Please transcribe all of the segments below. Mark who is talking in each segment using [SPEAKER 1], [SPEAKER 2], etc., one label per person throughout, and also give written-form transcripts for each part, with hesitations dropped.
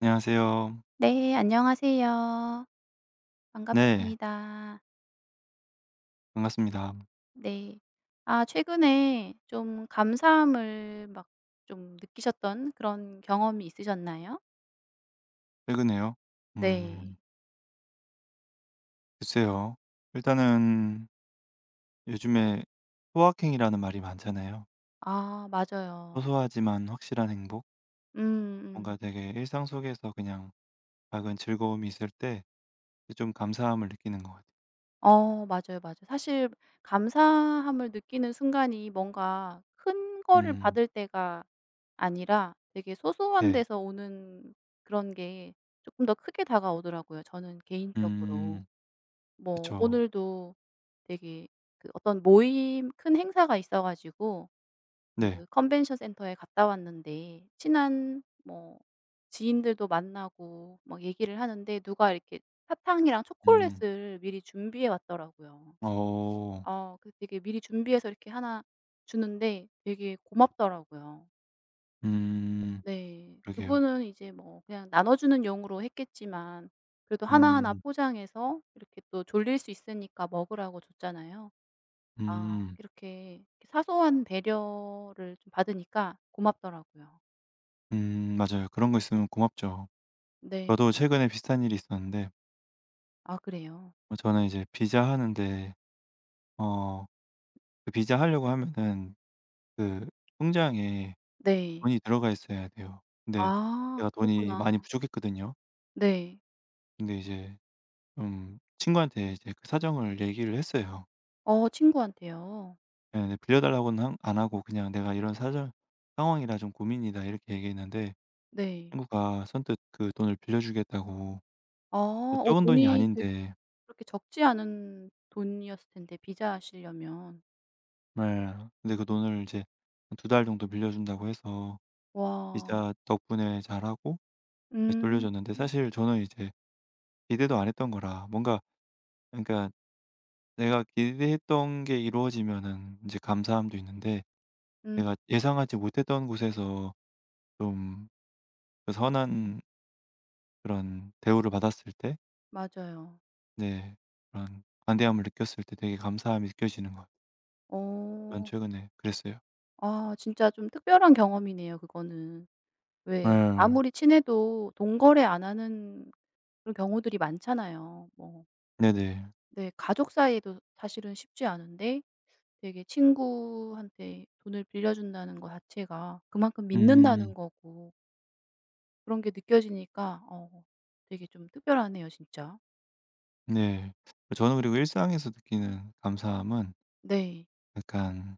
[SPEAKER 1] 안녕하세요.
[SPEAKER 2] 네. 안녕하세요.
[SPEAKER 1] 네.
[SPEAKER 2] 반갑습니다.
[SPEAKER 1] 반갑습니다.
[SPEAKER 2] 네. 아, 최근에 좀 감사함을 막 좀 느끼셨던 그런 경험이 있으셨나요?
[SPEAKER 1] 최근에요?
[SPEAKER 2] 네.
[SPEAKER 1] 음 글쎄요. 일단은 요즘에 소확행이라는 말이 많잖아요.
[SPEAKER 2] 아, 맞아요.
[SPEAKER 1] 소소하지만 확실한 행복?
[SPEAKER 2] 음음.
[SPEAKER 1] 뭔가 되게 일상 속에서 그냥 작은 즐거움이 있을 때 좀 감사함을 느끼는 것 같아요.
[SPEAKER 2] 어, 맞아요, 맞아요. 사실 감사함을 느끼는 순간이 뭔가 큰 거를
[SPEAKER 1] 음.
[SPEAKER 2] 받을 때가 아니라 되게 소소한
[SPEAKER 1] 네.
[SPEAKER 2] 데서 오는 그런 게 조금 더 크게 다가오더라고요, 저는 개인적으로.
[SPEAKER 1] 음.
[SPEAKER 2] 뭐
[SPEAKER 1] 그쵸.
[SPEAKER 2] 오늘도 되게 그 어떤 모임 큰 행사가 있어 가지고 그
[SPEAKER 1] 네.
[SPEAKER 2] 컨벤션 센터에 갔다 왔는데 친한 뭐 지인들도 만나고 막 얘기를 하는데 누가 이렇게 사탕이랑
[SPEAKER 1] 음.
[SPEAKER 2] 초콜릿을 미리 준비해 왔더라고요.
[SPEAKER 1] 어.
[SPEAKER 2] 어, 그 되게 미리 준비해서 이렇게 하나 주는데 되게 고맙더라고요.
[SPEAKER 1] 음.
[SPEAKER 2] 네.
[SPEAKER 1] 그러게요.
[SPEAKER 2] 그분은 이제 뭐 그냥 나눠주는 용으로 했겠지만 그래도 하나하나
[SPEAKER 1] 음.
[SPEAKER 2] 포장해서 이렇게 또 졸릴 수 있으니까 먹으라고 줬잖아요. 아,
[SPEAKER 1] 음.
[SPEAKER 2] 이렇게 사소한 배려를 좀 받으니까 고맙더라고요.
[SPEAKER 1] 음, 맞아요. 그런 거 있으면 고맙죠.
[SPEAKER 2] 네.
[SPEAKER 1] 저도 최근에 비슷한 일이 있었는데
[SPEAKER 2] 아, 그래요?
[SPEAKER 1] 저는 이제 비자 하는데 어 그 비자 하려고 하면은 그 통장에
[SPEAKER 2] 네.
[SPEAKER 1] 돈이 들어가 있어야 돼요. 근데
[SPEAKER 2] 아,
[SPEAKER 1] 제가 돈이
[SPEAKER 2] 그렇구나.
[SPEAKER 1] 많이 부족했거든요.
[SPEAKER 2] 네.
[SPEAKER 1] 근데 이제 좀 친구한테 이제 그 사정을 얘기를 했어요.
[SPEAKER 2] 어, 친구한테요?
[SPEAKER 1] 예, 근데 빌려 달라고는 한 안 하고 그냥 "내가 이런 사정 상황이라 좀 고민이다." 이렇게 얘기했는데
[SPEAKER 2] 네.
[SPEAKER 1] 친구가 선뜻 그 돈을 빌려 주겠다고.
[SPEAKER 2] 아,
[SPEAKER 1] 그
[SPEAKER 2] 어,
[SPEAKER 1] 적은 돈이
[SPEAKER 2] 돈이 되게
[SPEAKER 1] 아닌데
[SPEAKER 2] 그렇게 적지 않은 돈이었을 텐데 비자 하시려면.
[SPEAKER 1] 예 근데 그 돈을 이제 두 달 정도 빌려 준다고 해서
[SPEAKER 2] 와.
[SPEAKER 1] 이자 덕분에 잘하고 다시
[SPEAKER 2] 음.
[SPEAKER 1] 돌려줬는데 사실 저는 이제 기대도 안 했던 거라 뭔가, 그러니까 내가 기대했던 게 이루어지면은 제 감사함도 있는데
[SPEAKER 2] 음,
[SPEAKER 1] 내가 예상하지 못했던 곳에서 좀그 선한 그런 대우를 받았을 때,
[SPEAKER 2] 맞아요.
[SPEAKER 1] 네, 그런 관대함을 느꼈을 때 되게 감사함이 느껴지는 것 같아요. 전
[SPEAKER 2] 어.
[SPEAKER 1] 최근에 그랬어요.
[SPEAKER 2] 아, 진짜 좀 특별한 경험이네요 그거는. 왜
[SPEAKER 1] 네.
[SPEAKER 2] 아무리 친해도 돈 거래 안 하는 그런 경우들이 많잖아요. 뭐
[SPEAKER 1] 네네.
[SPEAKER 2] 네. 가족 사이에도 사실은 쉽지 않은데 되게 친구한테 돈을 빌려준다는 거 자체가 그만큼 믿는다는
[SPEAKER 1] 음.
[SPEAKER 2] 거고 그런 게 느껴지니까 어, 되게 좀 특별하네요 진짜.
[SPEAKER 1] 네. 저는 그리고 일상에서 느끼는 감사함은
[SPEAKER 2] 네.
[SPEAKER 1] 약간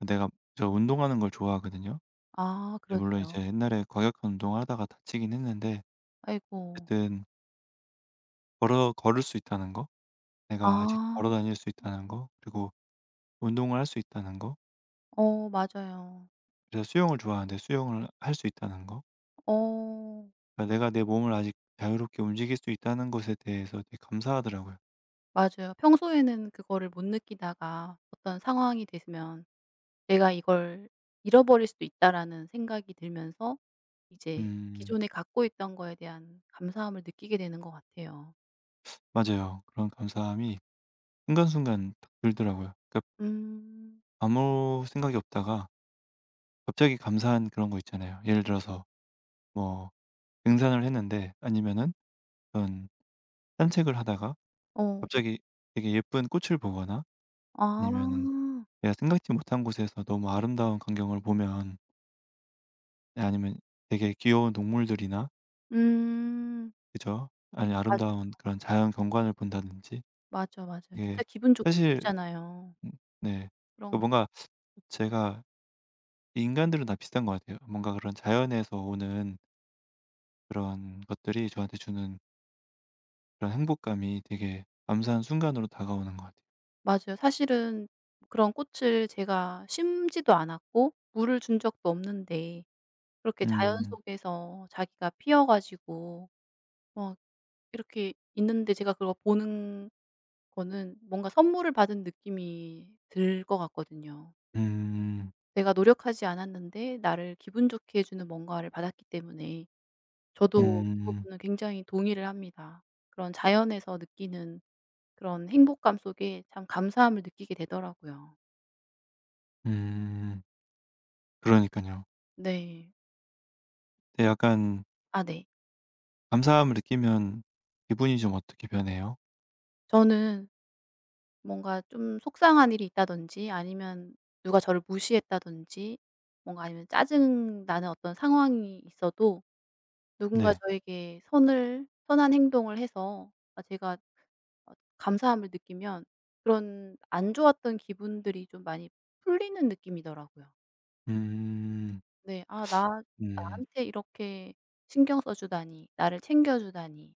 [SPEAKER 1] 내가, 저 운동하는 걸 좋아하거든요.
[SPEAKER 2] 아,
[SPEAKER 1] 네, 물론
[SPEAKER 2] 그러세요.
[SPEAKER 1] 이제 옛날에 과격한 운동을 하다가 다치긴 했는데
[SPEAKER 2] 아이고.
[SPEAKER 1] 어쨌든 걸어 걸을 수 있다는 거, 내가 아직
[SPEAKER 2] 아.
[SPEAKER 1] 걸어 다닐 수 있다는 거, 그리고 운동을 할 수 있다는 거,
[SPEAKER 2] 어, 맞아요.
[SPEAKER 1] 그래서 수영을 좋아하는데 수영을 할 수 있다는 거,
[SPEAKER 2] 어,
[SPEAKER 1] 그러니까 내가 내 몸을 아직 자유롭게 움직일 수 있다는 것에 대해서 되게 감사하더라고요.
[SPEAKER 2] 맞아요. 평소에는 그거를 못 느끼다가 어떤 상황이 되면 '내가 이걸 잃어버릴 수도 있다.'라는 생각이 들면서 이제
[SPEAKER 1] 음,
[SPEAKER 2] 기존에 갖고 있던 거에 대한 감사함을 느끼게 되는 것 같아요.
[SPEAKER 1] 맞아요. 그런 감사함이 순간순간 딱 들더라고요. 그러니까
[SPEAKER 2] 음.
[SPEAKER 1] 아무 생각이 없다가 갑자기 감사한 그런 거 있잖아요. 예를 들어서 뭐 등산을 했는데 아니면은 어떤 산책을 하다가
[SPEAKER 2] 어.
[SPEAKER 1] 갑자기 되게 예쁜 꽃을 보거나 아니면은
[SPEAKER 2] 아.
[SPEAKER 1] 내가 생각지 못한 곳에서 너무 아름다운 광경을 보면, 네, 아니면 되게 귀여운 동물들이나
[SPEAKER 2] 음.
[SPEAKER 1] 그죠? 아니
[SPEAKER 2] 맞아요.
[SPEAKER 1] 아름다운 그런 자연 경관을 본다든지.
[SPEAKER 2] 맞아, 맞아요. 진짜
[SPEAKER 1] 이게
[SPEAKER 2] 기분 좋게 해
[SPEAKER 1] 사실
[SPEAKER 2] 주잖아요.
[SPEAKER 1] 음. 네. 그
[SPEAKER 2] 그런
[SPEAKER 1] 뭔가 제가, 이 인간들은 다 비슷한 것 같아요. 뭔가 그런 자연에서 오는 그런 것들이 저한테 주는 그런 행복감이 되게 감사한 순간으로 다가오는 것 같아요.
[SPEAKER 2] 맞아요. 사실은 그런 꽃을 제가 심지도 않았고 물을 준 적도 없는데 그렇게 자연
[SPEAKER 1] 음.
[SPEAKER 2] 속에서 자기가 피어 가지고 막 이렇게 있는데 제가 그걸 보는 거는 뭔가 선물을 받은 느낌이 들 것 같거든요.
[SPEAKER 1] 음.
[SPEAKER 2] 내가 노력하지 않았는데 나를 기분 좋게 해 주는 뭔가를 받았기 때문에 저도 그
[SPEAKER 1] 음.
[SPEAKER 2] 부분은 굉장히 동의를 합니다. 그런 자연에서 느끼는 그런 행복감 속에 참 감사함을 느끼게 되더라고요.
[SPEAKER 1] 음. 그러니까요.
[SPEAKER 2] 네.
[SPEAKER 1] 약간
[SPEAKER 2] 아, 네.
[SPEAKER 1] 감사함을 느끼면 기분이 좀 어떻게 변해요?
[SPEAKER 2] 저는 뭔가 좀 속상한 일이 있다든지 아니면 누가 저를 무시했다든지 뭔가 아니면 짜증 나는 어떤 상황이 있어도 누군가
[SPEAKER 1] 네.
[SPEAKER 2] 저에게 선을 선한 행동을 해서 아, 제가 어, 감사함을 느끼면 그런 안 좋았던 기분들이 좀 많이 풀리는 느낌이더라고요.
[SPEAKER 1] 음.
[SPEAKER 2] 네. '아, 나
[SPEAKER 1] 음.
[SPEAKER 2] 나한테 이렇게 신경 써 주다니. 나를 챙겨 주다니.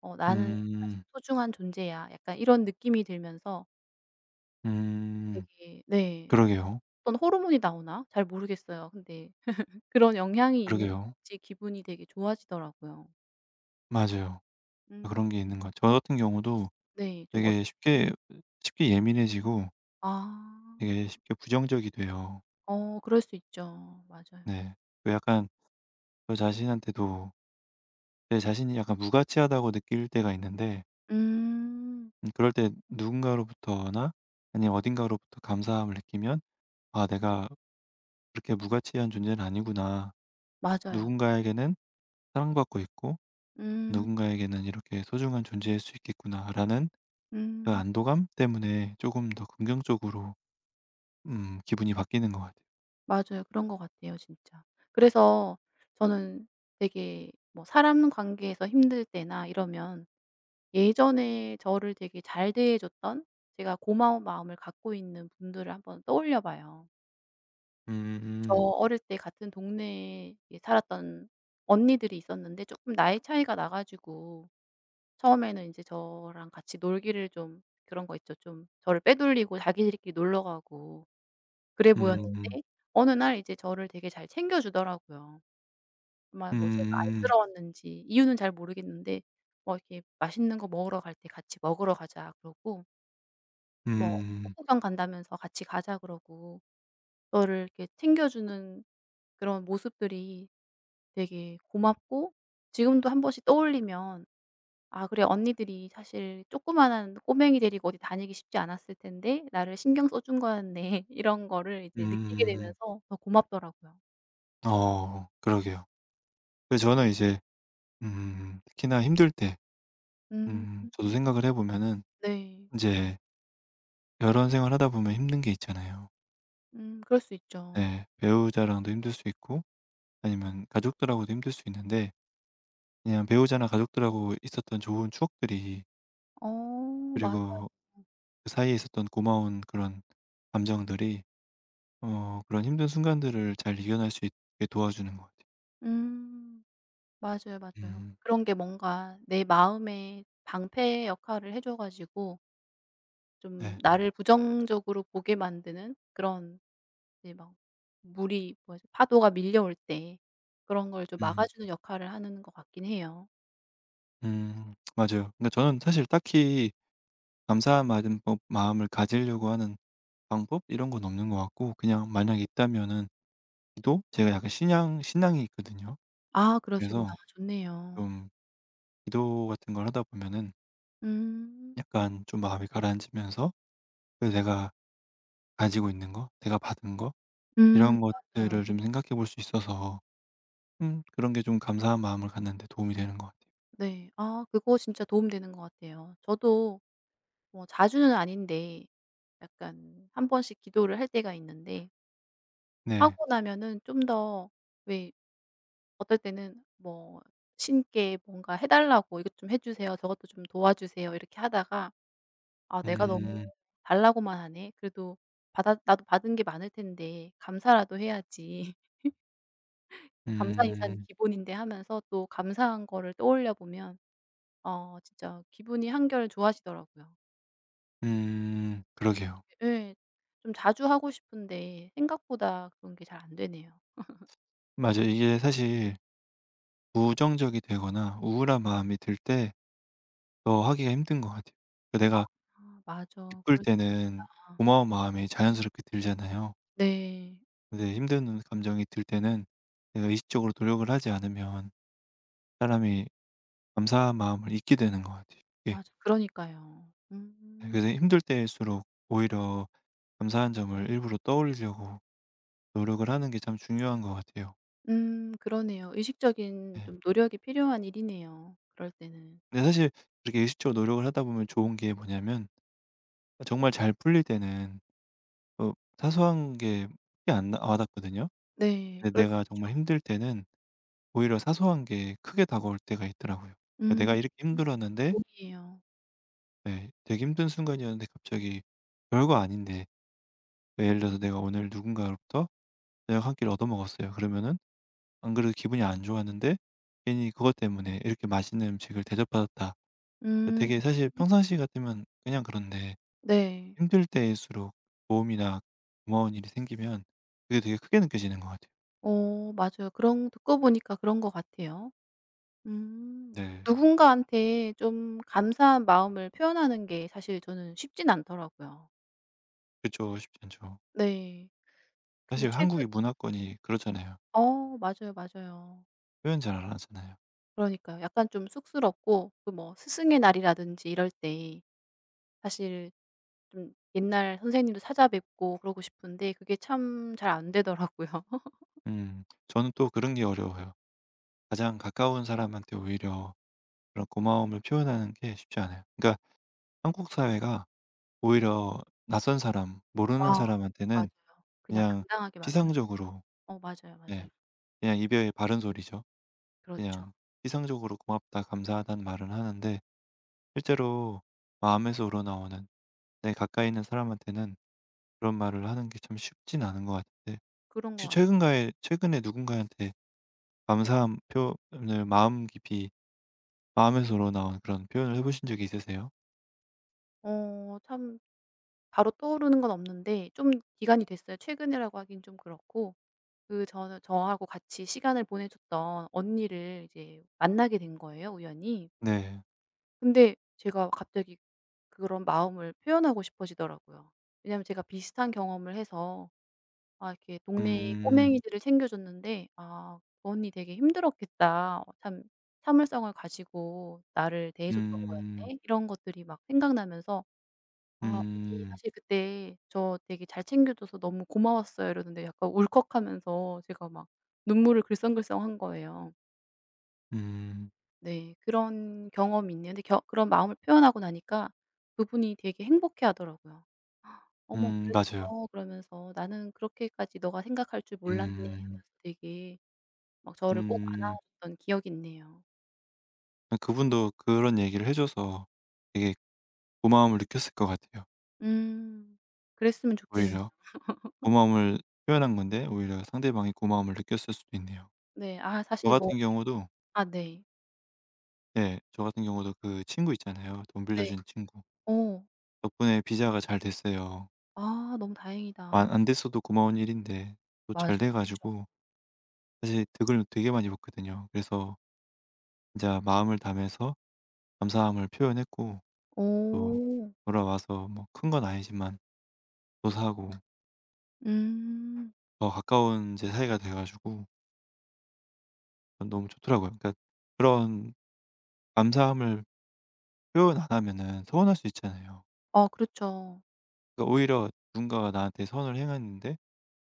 [SPEAKER 2] 어 나는 아직
[SPEAKER 1] 음.
[SPEAKER 2] 소중한 존재야.' 약간 이런 느낌이 들면서
[SPEAKER 1] 음.
[SPEAKER 2] 되게 네.
[SPEAKER 1] 그러게요.
[SPEAKER 2] 어떤 호르몬이 나오나 잘 모르겠어요. 근데 그런 영향이 있는
[SPEAKER 1] 그러게요.
[SPEAKER 2] 건지 기분이 되게 좋아지더라고요.
[SPEAKER 1] 맞아요.
[SPEAKER 2] 음
[SPEAKER 1] 그런 게 있는 것 같아요. 저 같은 경우도
[SPEAKER 2] 네. 좀
[SPEAKER 1] 되게
[SPEAKER 2] 어떠세요?
[SPEAKER 1] 쉽게 예민해지고
[SPEAKER 2] 아.
[SPEAKER 1] 되게 쉽게 부정적이 돼요.
[SPEAKER 2] 어, 그럴 수 있죠. 맞아요.
[SPEAKER 1] 네. 그 약간 저 자신한테도 제 자신이 약간 무가치하다고 느낄 때가 있는데,
[SPEAKER 2] 음.
[SPEAKER 1] 음, 그럴 때 누군가로부터나 아니면 어딘가로부터 감사함을 느끼면 '아, 내가 그렇게 무가치한 존재는 아니구나.
[SPEAKER 2] 맞아요.
[SPEAKER 1] 누군가에게는 사랑받고 있고
[SPEAKER 2] 음.
[SPEAKER 1] 누군가에게는 이렇게 소중한 존재일 수 있겠구나'라는 그
[SPEAKER 2] 음.
[SPEAKER 1] 안도감 때문에 조금 더 긍정적으로 음, 기분이 바뀌는 것 같아요.
[SPEAKER 2] 맞아요. 그런 것 같아요 진짜. 그래서 저는 되게 뭐 사람 관계에서 힘들 때나 이러면 예전에 저를 되게 잘 대해 줬던 제가 고마운 마음을 갖고 있는 분들을 한번 떠올려 봐요. 저
[SPEAKER 1] 음.
[SPEAKER 2] 어릴 때 같은 동네에 살았던 언니들이 있었는데 조금 나이 차이가 나 가지고 처음에는 인제 저랑 같이 놀기를 좀 그런 거 있죠. 좀 저를 빼돌리고 자기들끼리 놀러 가고 그래
[SPEAKER 1] 음.
[SPEAKER 2] 보였는데 어느 날 이제 저를 되게 잘 챙겨 주더라고요. 아마 뭐 제가
[SPEAKER 1] 음.
[SPEAKER 2] 안쓰러웠는지 이유는 잘 모르겠는데 뭐 이렇게 "맛있는 거 먹으러 갈 때 같이 먹으러 가자." 그러고 뭐 어디
[SPEAKER 1] 음.
[SPEAKER 2] "꽃구경 간다면서 같이 가자." 그러고 저를 이렇게 챙겨 주는 그런 모습들이 되게 고맙고 지금도 한 번씩 떠올리면 아, 그래 언니들이 사실 조그만한 꼬맹이 데리고 어디 다니기 쉽지 않았을 텐데 나를 신경 써준 거였네. 이런 거를 이제 느끼게
[SPEAKER 1] 음.
[SPEAKER 2] 되면서 더 고맙더라고요.
[SPEAKER 1] 어, 그러게요. 그 저는 이제 음, 특히나 힘들 때
[SPEAKER 2] 음.
[SPEAKER 1] 음, 저도 생각을 해 보면은
[SPEAKER 2] 네.
[SPEAKER 1] 이제 결혼 생활하다 보면 힘든 게 있잖아요.
[SPEAKER 2] 음, 그럴 수 있죠.
[SPEAKER 1] 네. 배우자랑도 힘들 수 있고 아니면 가족들하고도 힘들 수 있는데 그냥 배우자나 가족들하고 있었던 좋은 추억들이,
[SPEAKER 2] 어, 맞아요.
[SPEAKER 1] 그리고 그 사이에 있었던 고마운 그런 감정들이 어, 그런 힘든 순간들을 잘 이겨낼 수 있게 도와주는 것 같아요.
[SPEAKER 2] 음. 맞아요, 맞아요.
[SPEAKER 1] 음.
[SPEAKER 2] 그런 게 뭔가 내 마음의 방패 역할을 해줘 가지고 좀
[SPEAKER 1] 네.
[SPEAKER 2] 나를 부정적으로 보게 만드는 그런 이제 막 물이 뭐지 파도가 밀려올 때 그런 걸 좀
[SPEAKER 1] 음.
[SPEAKER 2] 막아주는 역할을 하는 것 같긴 해요.
[SPEAKER 1] 음, 맞아요. 근데 저는 사실 딱히 감사한 마음 뭐 마음을 가지려고 하는 방법 이런 건 없는 것 같고 그냥 만약에 있다면은 기도? 제가 약간 신앙이 있거든요.
[SPEAKER 2] 아, 그러시구나.
[SPEAKER 1] 그래서
[SPEAKER 2] 좋네요.
[SPEAKER 1] 좀 기도 같은 걸 하다 보면은
[SPEAKER 2] 음.
[SPEAKER 1] 약간 좀 마음이 가라앉으면서 그래서 내가 가지고 있는 거, 내가 받은 거
[SPEAKER 2] 음,
[SPEAKER 1] 이런
[SPEAKER 2] 맞아요.
[SPEAKER 1] 것들을 좀 생각해 볼 수 있어서 음, 그런 게 좀 감사한 마음을 갖는 데 도움이 되는 것 같아요.
[SPEAKER 2] 네. 아, 그거 진짜 도움되는 것 같아요. 저도 뭐 자주는 아닌데 약간 한 번씩 기도를 할 때가 있는데
[SPEAKER 1] 네.
[SPEAKER 2] 하고 나면은 좀 더 왜 어떨 때는 뭐 신께 뭔가 해 달라고 "이것 좀 해 주세요. 저것 좀 도와주세요." 이렇게 하다가 '아 내가 너무
[SPEAKER 1] 음.
[SPEAKER 2] 달라고만 하네. 그래도 받아 나도 받은 게 많을 텐데 감사라도 해야지. 감사 인사는
[SPEAKER 1] 음.
[SPEAKER 2] 기본인데.' 하면서 또 감사한 거를 떠올려 보면 어, 진짜 기분이 한결 좋아지더라고요.
[SPEAKER 1] 음. 그러게요.
[SPEAKER 2] 예. 좀 자주 하고 싶은데 생각보다 그런 게 잘 안 되네요.
[SPEAKER 1] 맞아요. 이게 사실 부정적이 되거나 우울한 마음이 들 때 더 하기가 힘든 것 같아요. 그 내가
[SPEAKER 2] 아 맞아.
[SPEAKER 1] 기쁠
[SPEAKER 2] 그럴
[SPEAKER 1] 때는 고마운 마음이 자연스럽게 들잖아요.
[SPEAKER 2] 네.
[SPEAKER 1] 근데 힘든 감정이 들 때는 내가 의식적으로 노력을 하지 않으면 사람이 감사한 마음을 잊게 되는 것 같아요. 예.
[SPEAKER 2] 맞아. 그러니까요. 음.
[SPEAKER 1] 그래서 힘들 때일수록 오히려 감사한 점을 일부러 떠올리려고 노력을 하는 게 참 중요한 것 같아요.
[SPEAKER 2] 음, 그러네요. 의식적인
[SPEAKER 1] 네.
[SPEAKER 2] 좀 노력이 필요한 일이네요 그럴 때는.
[SPEAKER 1] 근데 사실 그렇게 의식적으로 노력을 하다 보면 좋은 게 뭐냐면 정말 잘 풀릴 때는 어, 사소한 게 크게 안 나 와닿거든요.
[SPEAKER 2] 네.
[SPEAKER 1] 근데
[SPEAKER 2] 그럴 수
[SPEAKER 1] 내가
[SPEAKER 2] 있죠.
[SPEAKER 1] 정말 힘들 때는 오히려 사소한 게 크게 다가올 때가 있더라고요. 그러니까 내가
[SPEAKER 2] 음.
[SPEAKER 1] 이렇게 힘들었는데
[SPEAKER 2] 돈이에요.
[SPEAKER 1] 네, 되게 힘든 순간이었는데 갑자기 별거 아닌데 예를 들어서 내가 오늘 누군가로부터 저녁 한 끼를 얻어먹었어요. 그러면은 안 그래도 기분이 안 좋았는데 괜히 그것 때문에 이렇게 맛있는 음식을 대접받았다.
[SPEAKER 2] 음.
[SPEAKER 1] 되게 사실 평상시 같으면 그냥 그런데
[SPEAKER 2] 네.
[SPEAKER 1] 힘들 때일수록 도움이나 고마운 일이 생기면 그게 되게 크게 느껴지는 것 같아요.
[SPEAKER 2] 어, 맞아요. 그런 듣고 보니까 그런 것 같아요. 음.
[SPEAKER 1] 네.
[SPEAKER 2] 누군가한테 좀 감사한 마음을 표현하는 게 사실 저는 쉽진 않더라고요.
[SPEAKER 1] 그쵸. 쉽지 않죠.
[SPEAKER 2] 네. 근데
[SPEAKER 1] 사실
[SPEAKER 2] 최근
[SPEAKER 1] 한국이 문화권이 그렇잖아요.
[SPEAKER 2] 어, 맞아요, 맞아요.
[SPEAKER 1] 표현 잘 안 하잖아요.
[SPEAKER 2] 그러니까요. 약간 좀 쑥스럽고 그 뭐 스승의 날이라든지 이럴 때 사실 좀 옛날 선생님도 찾아뵙고 그러고 싶은데 그게 참 잘 안 되더라고요.
[SPEAKER 1] 음. 저는 또 그런 게 어려워요. 가장 가까운 사람한테 오히려 그런 고마움을 표현하는 게 쉽지 않아요. 그러니까 한국 사회가 오히려 낯선 사람,
[SPEAKER 2] 아,
[SPEAKER 1] 모르는
[SPEAKER 2] 맞아요.
[SPEAKER 1] 사람한테는
[SPEAKER 2] 그냥
[SPEAKER 1] 그냥
[SPEAKER 2] 당당하게 말하는
[SPEAKER 1] 피상적으로,
[SPEAKER 2] 어, 맞아요, 맞아요.
[SPEAKER 1] 네, 그냥 이별의 바른 소리죠.
[SPEAKER 2] 그렇죠.
[SPEAKER 1] 그냥 피상적으로 고맙다 감사하다는 말은 하는데 실제로 마음에서 우러나오는 내 가까이 있는 사람한테는 그런 말을 하는 게 참 쉽진 않은 것 같은데
[SPEAKER 2] 그런 것
[SPEAKER 1] 혹시
[SPEAKER 2] 같아요.
[SPEAKER 1] 최근가에 최근에 누군가한테 감사한 표현을 마음에서 우러나온 그런 표현을 해 보신 적이 있으세요?
[SPEAKER 2] 어, 참 바로 떠오르는 건 없는데 좀 기간이 됐어요. 최근이라고 하긴 좀 그렇고 그 저는 저하고 같이 시간을 보내줬던 언니를 이제 만나게 된 거예요, 우연히.
[SPEAKER 1] 네.
[SPEAKER 2] 근데 제가 갑자기 그런 마음을 표현하고 싶어지더라고요. 왜냐하면 제가 비슷한 경험을 해서 아, 이렇게 동네
[SPEAKER 1] 음.
[SPEAKER 2] 꼬맹이들을 챙겨줬는데 '아 그 언니 되게 힘들었겠다. 어 참 참을성을 가지고 나를 대해줬던
[SPEAKER 1] 음.
[SPEAKER 2] 거였네.' 이런 것들이 막 생각나면서 아, "언니
[SPEAKER 1] 음.
[SPEAKER 2] 사실 그때 저 되게 잘 챙겨줘서 너무 고마웠어요." 이러는데 약간 울컥하면서 제가 막 눈물을 글썽글썽한 거예요.
[SPEAKER 1] 음.
[SPEAKER 2] 네. 그런 경험이 있는데 겨 그런 마음을 표현하고 나니까 그분이 되게 행복해하더라고요. "어머
[SPEAKER 1] 음. 맞아요.
[SPEAKER 2] 그랬어?" 그러면서 "나는 그렇게까지 너가 생각할 줄 몰랐네."
[SPEAKER 1] 음.
[SPEAKER 2] 하면서 되게 막 저를 꼭
[SPEAKER 1] 음.
[SPEAKER 2] 안아줬던 기억이 있네요.
[SPEAKER 1] 아, 그분도 그런 얘기를 해 줘서 되게 고마움을 느꼈을 것 같아요.
[SPEAKER 2] 음. 그랬으면 좋겠네요.
[SPEAKER 1] 오히려 고마움을 표현한 건데 오히려 상대방이 고마움을 느꼈을 수도 있네요.
[SPEAKER 2] 네. 아,
[SPEAKER 1] 저
[SPEAKER 2] 사실 뭐
[SPEAKER 1] 같은
[SPEAKER 2] 이렇게
[SPEAKER 1] 경우도,
[SPEAKER 2] 아 네.
[SPEAKER 1] 네, 저 같은 경우도 그 친구 있잖아요. 돈
[SPEAKER 2] 네.
[SPEAKER 1] 빌려준 친구.
[SPEAKER 2] 어.
[SPEAKER 1] 덕분에 비자가 잘 됐어요.
[SPEAKER 2] 아, 너무 다행이다.
[SPEAKER 1] 안 됐어도 고마운 일인데 또
[SPEAKER 2] 맞아.
[SPEAKER 1] 잘
[SPEAKER 2] 그쵸.
[SPEAKER 1] 돼 가지고 사실 득을 되게 많이 봤거든요. 그래서 진짜 마음을 담아서 감사함을 표현했고 또
[SPEAKER 2] 오
[SPEAKER 1] 돌아와서 뭐 큰 건 아니지만 또 사고
[SPEAKER 2] 음.
[SPEAKER 1] 더 가까운 제 사이가 돼 가지고 전 너무 좋더라고요. 그러니까 그런 감사함을 표현 안 하면은 서운할 수 있잖아요.
[SPEAKER 2] 아, 그렇죠.
[SPEAKER 1] 그러니까 오히려 누군가가 나한테 선을 행했는데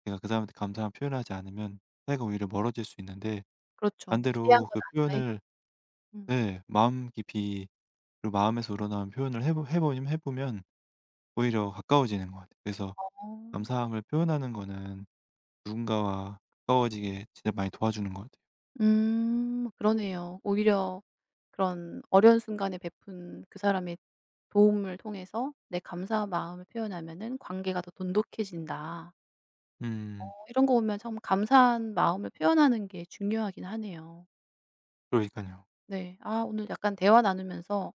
[SPEAKER 1] 내가 그 사람한테 감사함 표현하지 않으면 사이가 오히려 멀어질 수 있는데
[SPEAKER 2] 그렇죠. 뭐 기대한
[SPEAKER 1] 반대로
[SPEAKER 2] 건
[SPEAKER 1] 그
[SPEAKER 2] 아니라 했
[SPEAKER 1] 표현을,
[SPEAKER 2] 음.
[SPEAKER 1] 네, 마음 깊이 그리고 마음에서 우러나온 표현을 해보면 오히려 가까워지는 것 같아요. 그래서
[SPEAKER 2] 어.
[SPEAKER 1] 감사함을 표현하는 거는 누군가와 가까워지게 진짜 많이 도와주는 것 같아요.
[SPEAKER 2] 음. 그러네요. 오히려 그런 어려운 순간에 베푼 그 사람의 도움을 통해서 내 감사한 마음을 표현하면은 관계가 더 돈독해진다. 어,
[SPEAKER 1] 음,
[SPEAKER 2] 이런 거 보면 참 감사한 마음을 표현하는 게 중요하긴 하네요.
[SPEAKER 1] 그러니깐요.
[SPEAKER 2] 네. 아, 오늘 약간 대화 나누면서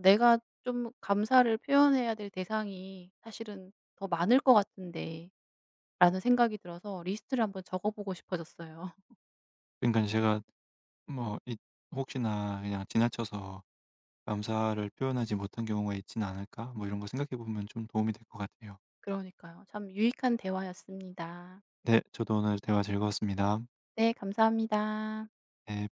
[SPEAKER 2] 내가 좀 감사를 표현해야 될 대상이 사실은 더 많을 것 같은데 라는 생각이 들어서 리스트를 한번 적어 보고 싶어졌어요.
[SPEAKER 1] 그러니까 제가 뭐 이 혹시나 그냥 지나쳐서 감사를 표현하지 못한 경우가 있지는 않을까? 뭐 이런 거 생각해 보면 좀 도움이 될 것 같아요.
[SPEAKER 2] 그러니까요. 참 유익한 대화였습니다.
[SPEAKER 1] 네. 저도 오늘 대화 즐거웠습니다.
[SPEAKER 2] 네, 감사합니다.
[SPEAKER 1] 네.